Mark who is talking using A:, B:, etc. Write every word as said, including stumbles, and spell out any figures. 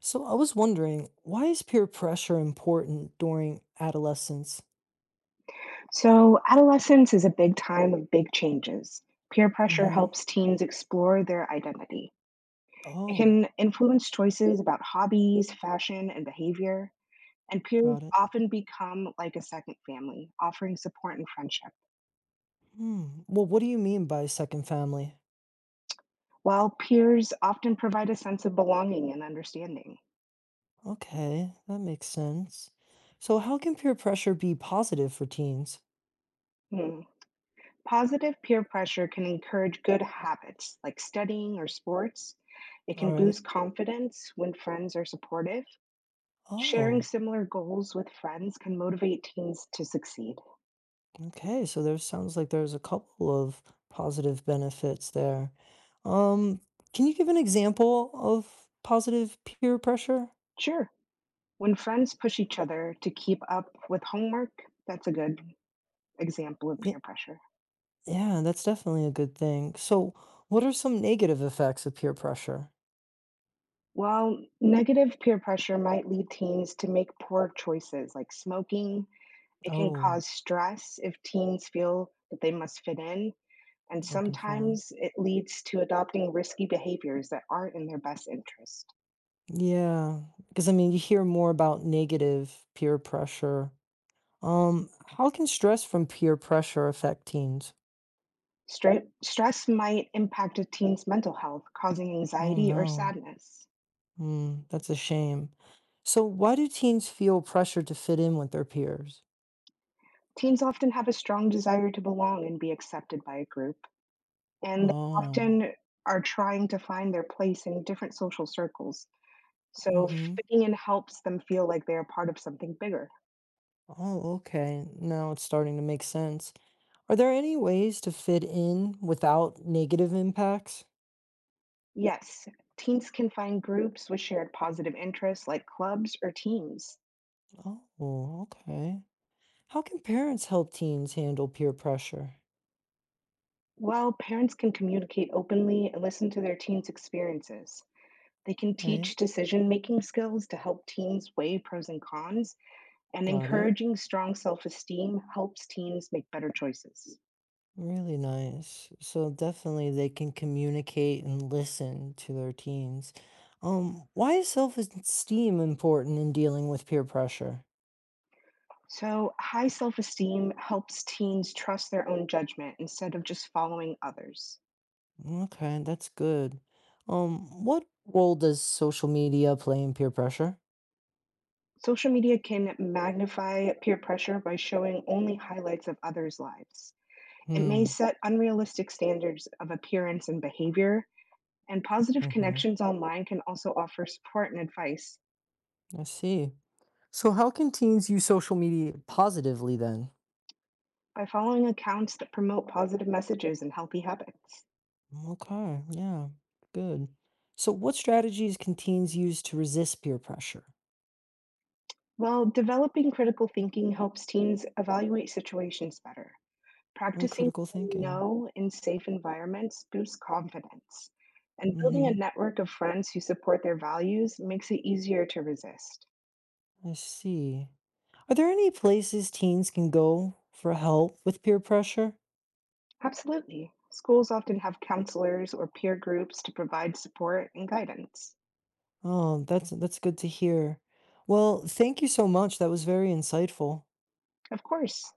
A: So I was wondering, why is peer pressure important during adolescence?
B: So, adolescence is a big time of big changes. Peer pressure
A: Mm-hmm.
B: helps teens explore their identity. It
A: Oh,
B: can influence choices about hobbies, fashion, and behavior. And peers
A: got it.
B: often become like a second family, offering support and friendship,
A: Hmm. Well, what do you mean by second family?
B: while peers often provide a sense of belonging and understanding.
A: Okay, that makes sense. So how can peer pressure be positive for teens?
B: Hmm. Positive peer pressure can encourage good habits like studying or sports. It
A: All
B: can
A: right.
B: boost confidence when friends are supportive. Sharing
A: Oh,
B: similar goals with friends can motivate teens to succeed.
A: okay. So there sounds like there's a couple of positive benefits there. Um, can you give an example of positive peer pressure?
B: Sure, when friends push each other to keep up with homework, that's a good example of peer pressure.
A: Yeah, that's definitely a good thing. So, what are some negative effects of peer pressure?
B: While negative peer pressure might lead teens to make poor choices like smoking, it can
A: Oh,
B: cause stress if teens feel that they must fit in, and
A: or conform.
B: sometimes it leads to adopting risky behaviors that aren't in their best interest.
A: Yeah, because I mean, you hear more about negative peer pressure. Um, how can stress from peer pressure affect teens?
B: Stre- Stress might impact a teen's mental health, causing
A: Oh
B: anxiety or
A: no.
B: sadness.
A: Hmm, that's a shame. So, why do teens feel pressure to fit in with their peers?
B: Teens often have a strong desire to belong and be accepted by a group, and they
A: Oh,
B: often are trying to find their place in different social circles. So,
A: mm-hmm.
B: fitting in helps them feel like they are part of something bigger.
A: Oh, okay. Now it's starting to make sense. Are there any ways to fit in without negative impacts?
B: Yes, teens can find groups with shared positive interests like clubs or teams.
A: Oh, okay. How can parents help teens handle peer pressure?
B: While parents can communicate openly and listen to their teens' experiences. They can teach
A: Right?
B: decision making skills to help teens weigh pros and cons, and
A: Got it.
B: encouraging strong self esteem helps teens make better choices.
A: Really nice. So definitely they can communicate and listen to their teens. Um, why is self-esteem important in dealing with peer pressure?
B: So, high self esteem helps teens trust their own judgment instead of just following others.
A: Okay, that's good. Um, what role does social media play in peer pressure?
B: Social media can magnify peer pressure by showing only highlights of others' lives. It may
A: Hmm.
B: set unrealistic standards of appearance and behavior, and positive
A: Mm-hmm.
B: connections online can also offer support and advice
A: I see. So how can teens use social media positively then?
B: by following accounts that promote positive messages and healthy habits.
A: Okay, yeah, good. So, what strategies can teens use to resist peer pressure?
B: While developing critical thinking helps teens evaluate situations better,
A: All right,
B: practicing
A: critical thinking.
B: no in safe environments boosts confidence, and building a
A: Mm-hmm.
B: network of friends who support their values makes it easier to resist.
A: I see. Are there any places teens can go for help with peer pressure?
B: Absolutely. Schools often have counselors or peer groups to provide support and guidance.
A: Oh, that's that's good to hear. Well, thank you so much. That was very insightful.
B: Of course,